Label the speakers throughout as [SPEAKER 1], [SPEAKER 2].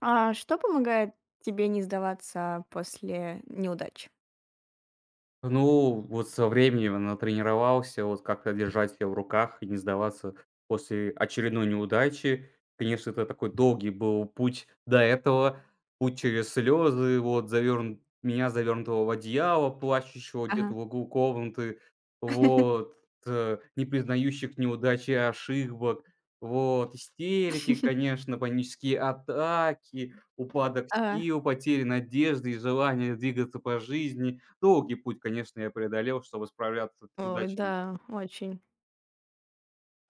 [SPEAKER 1] А что помогает тебе не сдаваться после неудач?
[SPEAKER 2] Ну, вот со временем натренировался, вот как-то держать себя в руках и не сдаваться после очередной неудачи. Конечно, это такой долгий был путь до этого, путь через слезы, вот завернут меня завернутого в одеяло, плачущего где-то
[SPEAKER 1] Ага.
[SPEAKER 2] в углу комнаты, вот, не признающих неудачи и ошибок, вот, истерики, конечно, панические атаки, упадок
[SPEAKER 1] А.
[SPEAKER 2] сил, потери надежды и желания двигаться по жизни. Долгий путь, конечно, я преодолел, чтобы справляться с
[SPEAKER 1] Ой,
[SPEAKER 2] неудачами.
[SPEAKER 1] да, очень.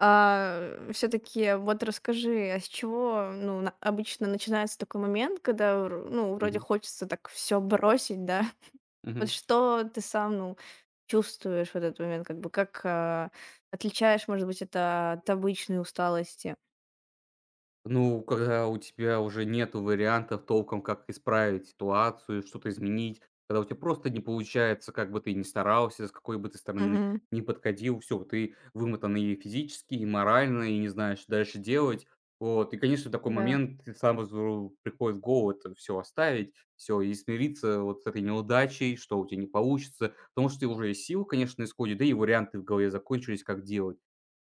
[SPEAKER 1] Все-таки вот расскажи, а с чего, ну, на- обычно начинается такой момент, когда, вр- ну, вроде
[SPEAKER 2] Мгм.
[SPEAKER 1] хочется так все бросить, да? Вот
[SPEAKER 2] Мгм.
[SPEAKER 1] что ты сам, ну, чувствуешь в этот момент, как бы, отличаешь, может быть, это от обычной усталости?
[SPEAKER 2] Ну, когда у тебя уже нету вариантов толком, как исправить ситуацию, что-то изменить, когда у тебя просто не получается, как бы ты ни старался, с какой бы ты стороны
[SPEAKER 1] Мгм.
[SPEAKER 2] ни подходил, всё, ты вымотан и физически, и морально, и не знаешь, что дальше делать. Вот, и, конечно, в такой
[SPEAKER 1] Да.
[SPEAKER 2] момент ты сразу приходит в голову это всё оставить, все и смириться вот с этой неудачей, что у тебя не получится, потому что ты уже и сил, конечно, на да и варианты в голове закончились, как делать.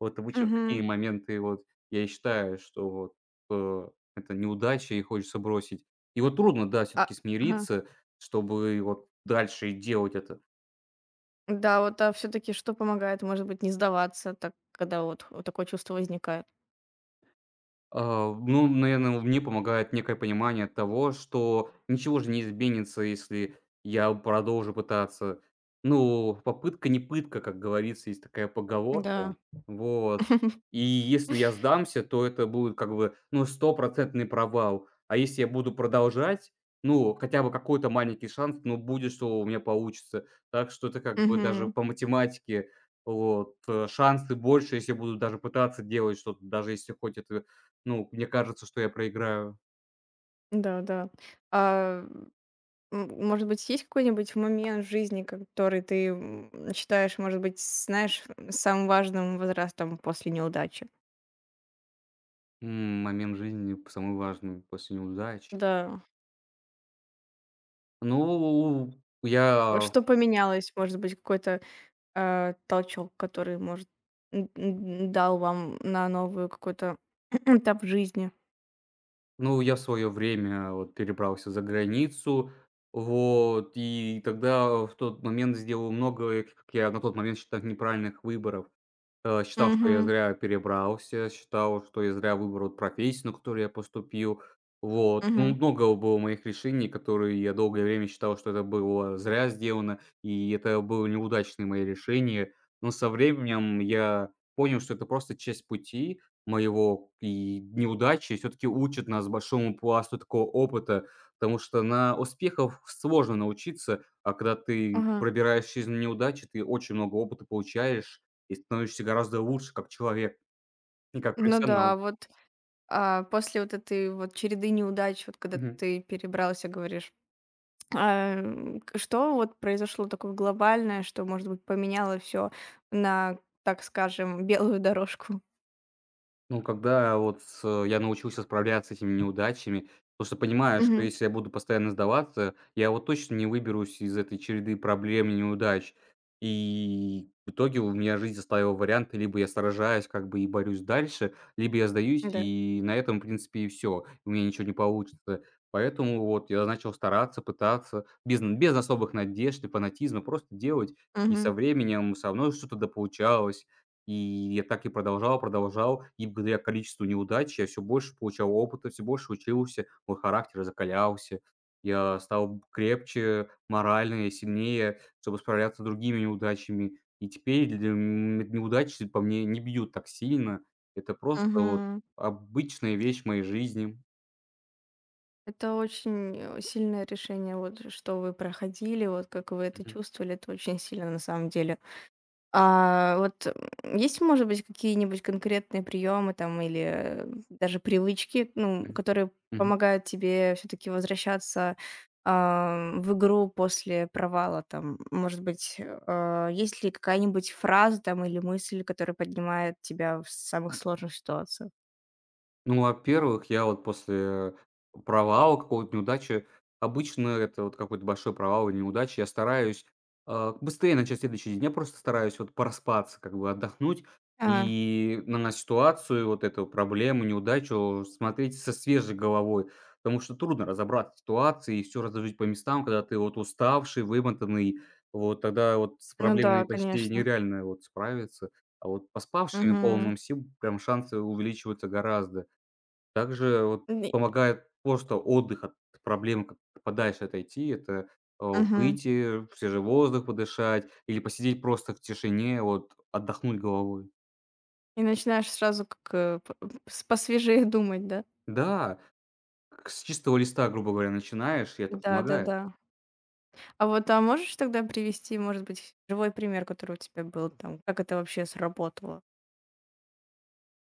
[SPEAKER 2] Вот обычно в такие
[SPEAKER 1] Мгм.
[SPEAKER 2] моменты вот я и считаю, что вот э, это неудача и хочется бросить. И вот трудно, да, все
[SPEAKER 1] А,
[SPEAKER 2] таки
[SPEAKER 1] ага.
[SPEAKER 2] смириться, чтобы вот дальше делать это.
[SPEAKER 1] Да, вот, а все таки что помогает, может быть, не сдаваться, так, когда вот такое чувство возникает?
[SPEAKER 2] А, ну, наверное, мне помогает некое понимание того, что ничего же не изменится, если я продолжу пытаться. Ну, попытка не пытка, как говорится, есть такая
[SPEAKER 1] Да.
[SPEAKER 2] поговорка. Вот. И если я сдамся, то это будет как бы, ну, стопроцентный провал. А если я буду продолжать, ну, хотя бы какой-то маленький шанс, ну, будет, что у меня получится. Так что это как бы даже
[SPEAKER 1] Мгм.
[SPEAKER 2] по математике вот, шансы больше, если буду даже пытаться делать что-то, даже если хоть это ну, мне кажется, что я проиграю,
[SPEAKER 1] Да, да. А, может быть, есть какой-нибудь момент в жизни, который ты, считаешь, может быть, знаешь, самым важным возрастом после неудачи?
[SPEAKER 2] м, момент жизни, самый важный после неудач.
[SPEAKER 1] Да.
[SPEAKER 2] Ну,
[SPEAKER 1] Вот
[SPEAKER 2] я
[SPEAKER 1] что поменялось? Может быть, какой-то, толчок, который, может, н н дал вам на новую какой-то этап жизни?
[SPEAKER 2] ну, я в своё время вот перебрался за границу, вот, и тогда в тот момент сделал много, как я на тот момент считал, неправильных выборов. Считал, что я
[SPEAKER 1] Угу.
[SPEAKER 2] зря перебрался, считал, что я зря выбрал профессию, на которую я поступил. Вот. Ну,
[SPEAKER 1] Угу.
[SPEAKER 2] много было моих решений, которые я долгое время считал, что это было зря сделано, и это было неудачные мои решения. Но со временем я понял, что это просто часть пути моего, и неудачи все-таки учат нас большому пласту такого опыта, потому что на успехов сложно научиться, а когда ты
[SPEAKER 1] Ага.
[SPEAKER 2] пробираешься из неудачи, ты очень много опыта получаешь, и становишься гораздо лучше как человек и как
[SPEAKER 1] Ну да, а
[SPEAKER 2] профессионал.
[SPEAKER 1] вот а, после вот этой вот череды неудач, вот когда
[SPEAKER 2] Мгм.
[SPEAKER 1] ты перебрался, говоришь, к- что вот произошло такое глобальное, что, может быть, поменяло все на, так скажем, белую дорожку?
[SPEAKER 2] Ну, когда вот с я научился справляться с этими неудачами, потому что понимаю, что
[SPEAKER 1] Мгм.
[SPEAKER 2] если я буду постоянно сдаваться, я вот точно не выберусь из этой череды проблем и неудач. И в итоге у меня жизнь оставила варианты: либо я сражаюсь как бы и борюсь дальше, либо я сдаюсь,
[SPEAKER 1] Да.
[SPEAKER 2] и на этом, в принципе, и все, у меня ничего не получится. Поэтому вот я начал стараться, пытаться без особых надежд и фанатизма, просто делать. И
[SPEAKER 1] Мгм.
[SPEAKER 2] со временем со мной что-то да получалось, и я так и продолжал, продолжал. И благодаря количеству неудач я все больше получал опыта, все больше учился, мой характер закалялся. Я стал крепче морально и сильнее, чтобы справляться с другими неудачами. И теперь для м неудачи по мне не бьют так сильно. Это просто вот
[SPEAKER 1] Мгм.
[SPEAKER 2] обычная вещь в моей жизни.
[SPEAKER 1] Это очень сильное решение, вот что вы проходили, вот как вы это чувствовали, это очень сильно на самом деле. Есть, может быть, какие-нибудь конкретные приемы там или, даже привычки, ну,
[SPEAKER 2] Мгм,
[SPEAKER 1] которые
[SPEAKER 2] мгм.
[SPEAKER 1] помогают тебе все таки возвращаться, в игру после провала там? Может быть, есть ли какая-нибудь фраза там или мысль, которая поднимает тебя в самых сложных ситуациях?
[SPEAKER 2] Ну, во-первых, я вот после провала, какого-то неудачи, обычно это вот какой-то большой провал или неудача, я стараюсь, а, быстрее начать следующий день. Я просто стараюсь вот проспаться, как бы отдохнуть
[SPEAKER 1] А,
[SPEAKER 2] и на ситуацию, вот эту проблему, неудачу смотреть со свежей головой. Потому что трудно разобраться в ситуации и все разложить по местам, когда ты вот уставший, вымотанный. Вот тогда вот с
[SPEAKER 1] ну
[SPEAKER 2] проблемами
[SPEAKER 1] да,
[SPEAKER 2] почти
[SPEAKER 1] конечно.
[SPEAKER 2] нереально вот справиться. А вот поспавшими,
[SPEAKER 1] Мгм.
[SPEAKER 2] полным сил, прям шансы увеличиваются гораздо. Также вот
[SPEAKER 1] Ни
[SPEAKER 2] помогает просто отдых от проблем, как подальше отойти. Это, э,
[SPEAKER 1] мгм.
[SPEAKER 2] выйти, в свежий воздух подышать или посидеть просто в тишине, вот отдохнуть головой.
[SPEAKER 1] И начинаешь сразу как, с посвежее думать, да?
[SPEAKER 2] Да, как с чистого листа, грубо говоря, начинаешь, и это помогает.
[SPEAKER 1] Да-да-да. А вот, а можешь тогда привести, может быть, живой пример, который у тебя был там? Как это вообще сработало?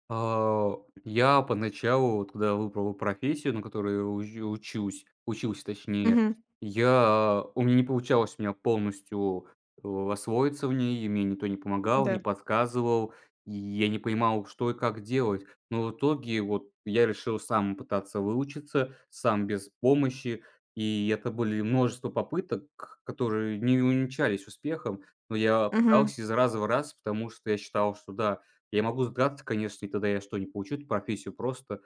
[SPEAKER 2] А, я поначалу, вот когда выбрал профессию, на которую уч учусь учился точнее,
[SPEAKER 1] Мгм.
[SPEAKER 2] я у меня не получалось у меня полностью, освоиться в ней, и мне никто не помогал, не
[SPEAKER 1] Да.
[SPEAKER 2] подсказывал, и я не понимал, что и как делать. Но в итоге вот я решил сам пытаться выучиться, сам без помощи, и это были множество попыток, которые не увенчались успехом, но я
[SPEAKER 1] Мгм.
[SPEAKER 2] пытался из раза в раз, потому что я считал, что да, я могу сдаться, конечно, и тогда я что, не получу эту профессию просто,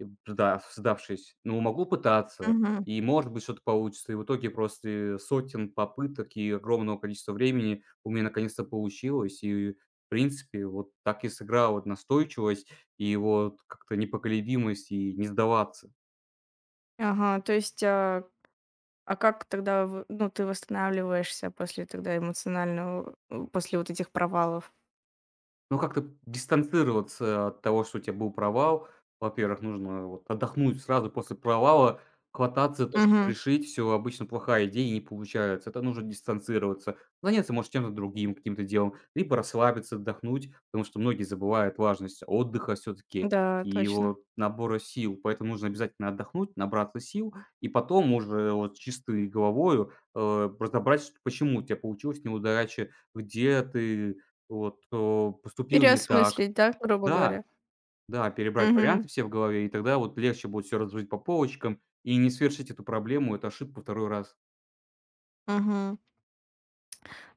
[SPEAKER 2] сдавшись, но могу пытаться,
[SPEAKER 1] Мгм.
[SPEAKER 2] и, может быть, что-то получится. И в итоге после сотен попыток и огромного количества времени у меня наконец-то получилось. И, в принципе, вот так и сыграла вот настойчивость и вот как-то непоколебимость, и не сдаваться.
[SPEAKER 1] Ага. а как тогда, в- ну, ты восстанавливаешься после тогда эмоционального, после вот этих провалов?
[SPEAKER 2] Ну, как-то дистанцироваться от того, что у тебя был провал. Во-первых, нужно вот отдохнуть сразу после провала. Хвататься за то, чтобы
[SPEAKER 1] Мгм.
[SPEAKER 2] решить все обычно плохая идея и не получается. Это нужно дистанцироваться. Заняться, может, чем-то другим, каким-то делом. Либо расслабиться, отдохнуть, потому что многие забывают важность отдыха все таки
[SPEAKER 1] Да,
[SPEAKER 2] и
[SPEAKER 1] точно.
[SPEAKER 2] его набора сил. Поэтому нужно обязательно отдохнуть, набраться сил и потом уже вот чистой головою, разобрать, чт почему у тебя получилась неудача, где ты вот, поступил не так.
[SPEAKER 1] Переосмыслить, да, грубо
[SPEAKER 2] Да,
[SPEAKER 1] говоря.
[SPEAKER 2] да, перебрать
[SPEAKER 1] Мгм.
[SPEAKER 2] варианты все в голове, и тогда вот легче будет все разложить по полочкам и не совершить эту проблему, эту ошибку второй раз.
[SPEAKER 1] Мгм.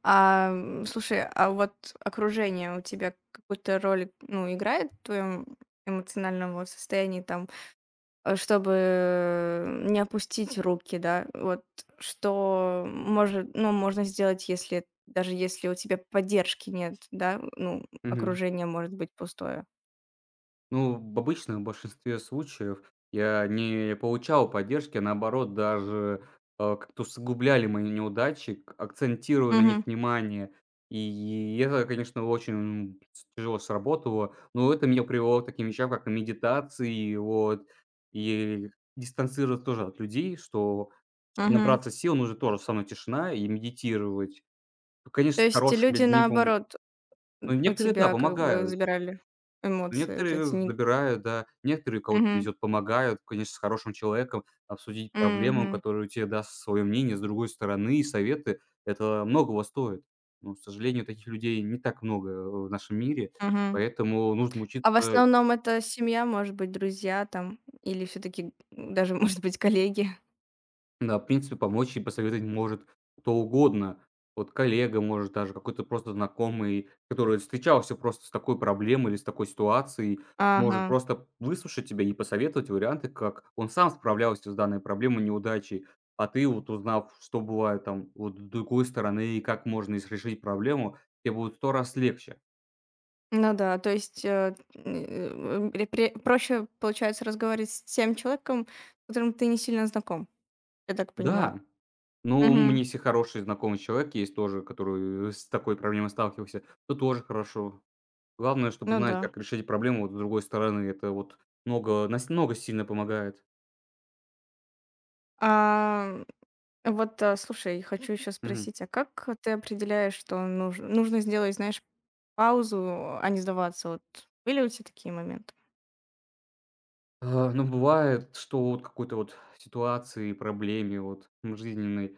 [SPEAKER 1] Слушай, а вот окружение у тебя какую-то роль, ну, играет в твоем эмоциональном вот состоянии там? Э, чтобы не опустить руки, да. Вот что может, ну, можно сделать, если даже если у тебя поддержки нет, да, ну,
[SPEAKER 2] Мгм.
[SPEAKER 1] окружение может быть пустое.
[SPEAKER 2] Ну, в обычном большинстве случаев я не получал поддержки, а наоборот, даже, как-то усугубляли мои неудачи, к акцентируя на них
[SPEAKER 1] Мгм,
[SPEAKER 2] внимание. И это, конечно, очень с тяжело сработало, но это меня привело к таким вещам, как и медитации, вот, и дистанцироваться тоже от людей, что чтоб
[SPEAKER 1] мгм.
[SPEAKER 2] набраться сил, нужно тоже со мной тишина и медитировать. Ну, конечно,
[SPEAKER 1] То
[SPEAKER 2] с
[SPEAKER 1] есть
[SPEAKER 2] хорошими
[SPEAKER 1] люди,
[SPEAKER 2] людьми помо
[SPEAKER 1] наоборот,
[SPEAKER 2] ну,
[SPEAKER 1] у
[SPEAKER 2] некоторые, да,
[SPEAKER 1] тебя как бы
[SPEAKER 2] помогают.
[SPEAKER 1] забирали
[SPEAKER 2] Ну,
[SPEAKER 1] эмоции вот
[SPEAKER 2] некоторые
[SPEAKER 1] эти. Не-
[SPEAKER 2] забирают, да, некоторые, кого-то
[SPEAKER 1] мгм,
[SPEAKER 2] везет, помогают, конечно, с хорошим человеком обсудить проблему,
[SPEAKER 1] мгм,
[SPEAKER 2] который тебе даст свое мнение с другой стороны и советы. Это многого стоит. Но, к сожалению, таких людей не так много, в нашем мире,
[SPEAKER 1] мгм.
[SPEAKER 2] поэтому нужно
[SPEAKER 1] А в
[SPEAKER 2] учиться.
[SPEAKER 1] основном это семья, может быть, друзья там, или все-таки даже, может быть, коллеги.
[SPEAKER 2] Да, в принципе, помочь и посоветовать может кто угодно. Вот коллега, может, даже какой-то просто знакомый, который встречался просто с такой проблемой или с такой ситуацией,
[SPEAKER 1] Ага.
[SPEAKER 2] может просто выслушать тебя и посоветовать варианты, как он сам справлялся с данной проблемой, неудачей. А ты, вот узнав, что бывает там вот с другой стороны и как можно ис- решить проблему, тебе будет сто раз легче.
[SPEAKER 1] Ну да, то есть, э, м, э, пре проще, получается, разговаривать с тем человеком, с которым ты не сильно знаком, я так понимаю.
[SPEAKER 2] Да, ну, у меня
[SPEAKER 1] Мгм.
[SPEAKER 2] если хороший знакомый человек есть тоже, который с такой проблемой сталкивался, то тоже хорошо. Главное, чтобы
[SPEAKER 1] Ну
[SPEAKER 2] знать,
[SPEAKER 1] да.
[SPEAKER 2] как решить проблему вот с другой стороны. Это вот много сильно помогает.
[SPEAKER 1] А, слушай, хочу еще
[SPEAKER 2] Мгм.
[SPEAKER 1] спросить, а как ты определяешь, что нужно сделать, знаешь, паузу, а не сдаваться? Вот были у тебя такие моменты?
[SPEAKER 2] А, но бывает, что вот какой-то вот ситуации, проблеме вот, м, жизненной.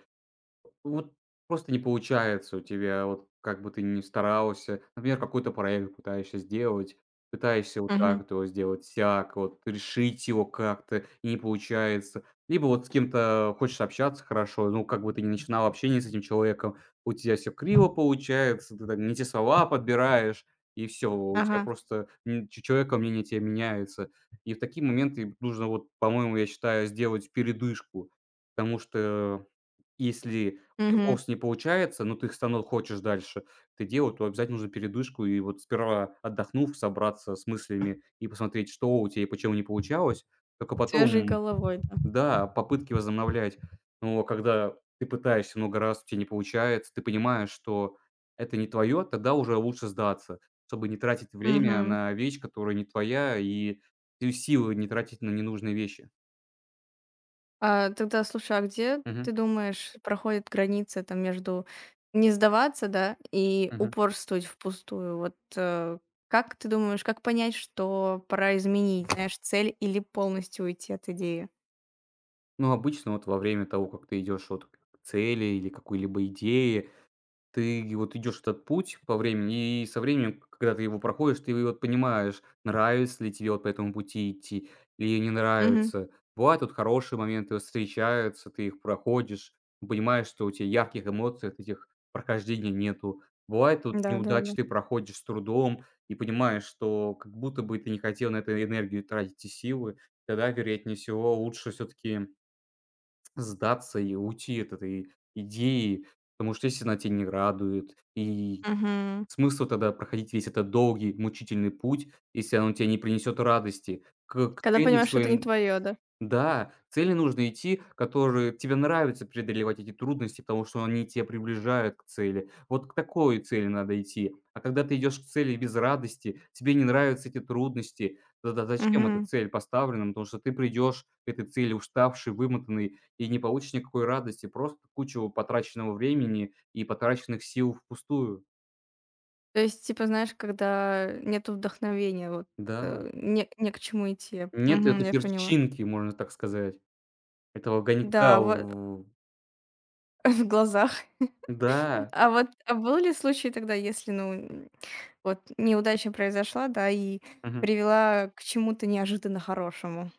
[SPEAKER 2] Вот просто не получается у тебя, вот как бы ты ни старался. Например, какой-то проект пытаешься сделать, пытаешься вот так
[SPEAKER 1] Мгм.
[SPEAKER 2] вот его сделать, сяк, вот решить его как-то, и не получается. Либо вот с кем-то хочешь общаться хорошо, ну, как бы ты ни начинал общение с этим человеком, у тебя все криво получается, ты там не те слова подбираешь, и все, у тебя
[SPEAKER 1] Ага.
[SPEAKER 2] просто м, ч- человека мнение тебя меняется. И в такие моменты нужно, вот, по-моему, я считаю, сделать передышку, потому что если у тебя
[SPEAKER 1] Мгм.
[SPEAKER 2] полностью не получается, но ты всё равно хочешь дальше это делать, то обязательно нужно передышку и вот сперва отдохнув, собраться с мыслями и посмотреть, что у тебя и почему не получалось. Только
[SPEAKER 1] Свежей
[SPEAKER 2] потом,
[SPEAKER 1] головой, да.
[SPEAKER 2] да, попытки возобновлять. Но когда ты пытаешься много раз, у тебя не получается, ты понимаешь, что это не твое, тогда уже лучше сдаться, чтобы не тратить время
[SPEAKER 1] Мгм.
[SPEAKER 2] на вещь, которая не твоя, и силы не тратить на ненужные вещи.
[SPEAKER 1] Тогда слушай, а где, ты
[SPEAKER 2] Мгм.
[SPEAKER 1] думаешь, проходит граница там между не сдаваться, да, и
[SPEAKER 2] Мгм.
[SPEAKER 1] упорствовать впустую? Как ты думаешь, как понять, что пора изменить, знаешь, цель или полностью уйти от идеи?
[SPEAKER 2] Ну, обычно вот во время того, как ты идешь вот к цели или какой-либо идее, ты вот идешь этот путь по времени, и со временем, когда ты его проходишь, ты вот понимаешь, нравится ли тебе вот по этому пути идти или не
[SPEAKER 1] Мгм.
[SPEAKER 2] нравится. Бывают вот хорошие моменты, вот встречаются, ты их проходишь, понимаешь, что у тебя ярких эмоций от этих прохождений нету. Бывает вот неудачи
[SPEAKER 1] Да-да-да.
[SPEAKER 2] ты проходишь с трудом и понимаешь, что как будто бы ты не хотел на эту энергию тратить и силы, тогда, вероятнее всего, лучше все-таки сдаться и уйти от этой идеи, потому что если она тя не радует, и
[SPEAKER 1] Мгм.
[SPEAKER 2] смысл тогда проходить весь этот долгий мучительный путь, если оно тебе не принесет радости к
[SPEAKER 1] Когда
[SPEAKER 2] цели к
[SPEAKER 1] понимаешь, что это не
[SPEAKER 2] своей.
[SPEAKER 1] твое, да?
[SPEAKER 2] Да, цели нужно идти, которые тебе нравится преодолевать эти трудности, потому что они тебя приближают к цели. Вот к такой цели надо идти. А когда ты идешь к цели без радости, тебе не нравятся эти трудности, тогда зачем эта
[SPEAKER 1] Мгм.
[SPEAKER 2] цель поставлена? Потому что ты придешь к этой цели уставший, вымотанный и не получишь никакой радости, просто кучу потраченного времени и потраченных сил впустую.
[SPEAKER 1] То есть, типа, знаешь, когда нету вдохновения, вот,
[SPEAKER 2] Да,
[SPEAKER 1] не к чему идти.
[SPEAKER 2] нет
[SPEAKER 1] Мгм,
[SPEAKER 2] этой
[SPEAKER 1] я поняла.
[SPEAKER 2] перчинки, можно так сказать, этого огонька.
[SPEAKER 1] Да, вот
[SPEAKER 2] В-
[SPEAKER 1] в глазах.
[SPEAKER 2] Да.
[SPEAKER 1] А вот, а был ли случай тогда, если, ну, вот неудача произошла, да, и
[SPEAKER 2] Мгм.
[SPEAKER 1] привела к чему-то неожиданно хорошему.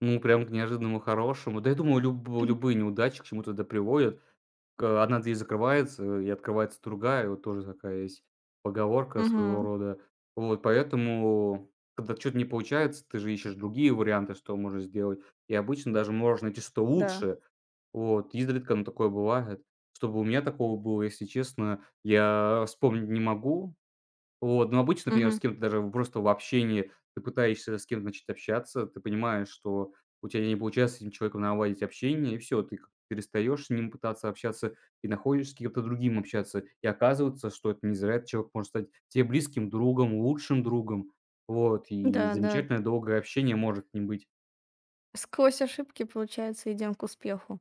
[SPEAKER 2] Ну, прям к неожиданному хорошему. Да я думаю, люб любые неудачи к чему-то да приводят. К одна дверь закрывается, и открывается другая. Вот тоже такая есть поговорка своего
[SPEAKER 1] Мгм.
[SPEAKER 2] рода. Вот поэтому, когда что то не получается, ты же ищешь другие варианты, что можно сделать. И обычно даже можно найти что
[SPEAKER 1] Да.
[SPEAKER 2] лучше. Вот, изредка, но такое бывает. Чтобы у меня такого было, если честно, я вспомнить не могу. Вот, но обычно, например, с
[SPEAKER 1] Мгм.
[SPEAKER 2] кем-то даже в просто в общении ты пытаешься с кем-то начать общаться, ты понимаешь, что у тебя не получается с этим человеком наладить общение, и все, ты как-то перестаешь с ним пытаться общаться и находишь с кем-то другим общаться. И оказывается, что это не зря этот человек может стать тебе близким другом, лучшим другом. Вот, и
[SPEAKER 1] Да, да.
[SPEAKER 2] замечательное долгое общение может с ним быть.
[SPEAKER 1] Сквозь ошибки, получается, идем к успеху.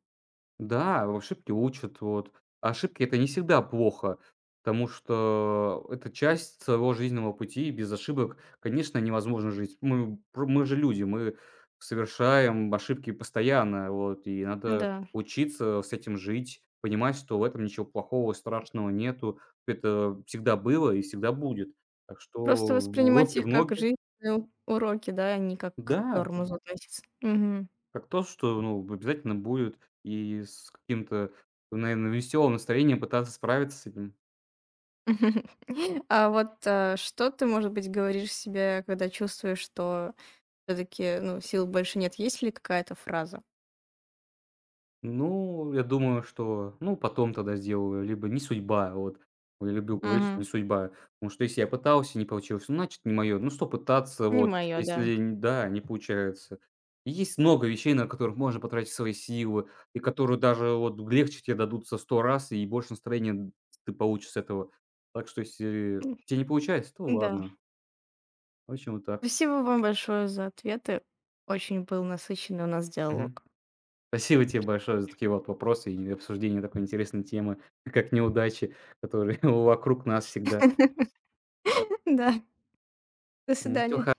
[SPEAKER 2] Да, ошибки учат, вот. А ошибки — это не всегда плохо, потому что это часть своего жизненного пути, и без ошибок, конечно, невозможно жить. Мы же люди, мы совершаем ошибки постоянно, вот, и надо
[SPEAKER 1] Да.
[SPEAKER 2] учиться с этим жить, понимать, что в этом ничего плохого, страшного нету. Это всегда было и всегда будет. Так
[SPEAKER 1] Просто
[SPEAKER 2] что в
[SPEAKER 1] воспринимать
[SPEAKER 2] руки
[SPEAKER 1] их
[SPEAKER 2] в
[SPEAKER 1] как
[SPEAKER 2] ноги.
[SPEAKER 1] жизненные у- уроки, да, а не как к
[SPEAKER 2] Да.
[SPEAKER 1] тормозу относиться. Мгм.
[SPEAKER 2] Как то, что, ну, обязательно будет, и с каким-то, наверное, веселым настроением пытаться справиться с этим.
[SPEAKER 1] Что ты, может быть, говоришь себе, когда чувствуешь, что все-таки ну, сил больше нет? Есть ли какая-то фраза?
[SPEAKER 2] Ну, я думаю, что, ну, потом тогда сделаю, либо не судьба, вот. Я люблю говорить, что не
[SPEAKER 1] Мгм.
[SPEAKER 2] судьба, потому что если я пытался, не получилось, ну, значит, не мое. Ну, что пытаться,
[SPEAKER 1] Не
[SPEAKER 2] вот,
[SPEAKER 1] мое, да.
[SPEAKER 2] если, н- да, не получается. И есть много вещей, на которых можно потратить свои силы, и которые даже вот легче тебе дадутся сто раз, и больше настроения ты получишь с этого. Так что, если
[SPEAKER 1] М,
[SPEAKER 2] тебе не получается, то
[SPEAKER 1] да.
[SPEAKER 2] ладно. В общем, вот так.
[SPEAKER 1] Спасибо вам большое за ответы. Очень был насыщенный у нас
[SPEAKER 2] Мгм.
[SPEAKER 1] диалог.
[SPEAKER 2] Спасибо тебе большое за такие вот вопросы и обсуждение такой интересной темы, как неудачи, которые вокруг нас всегда.
[SPEAKER 1] Да, до свидания.
[SPEAKER 2] Всего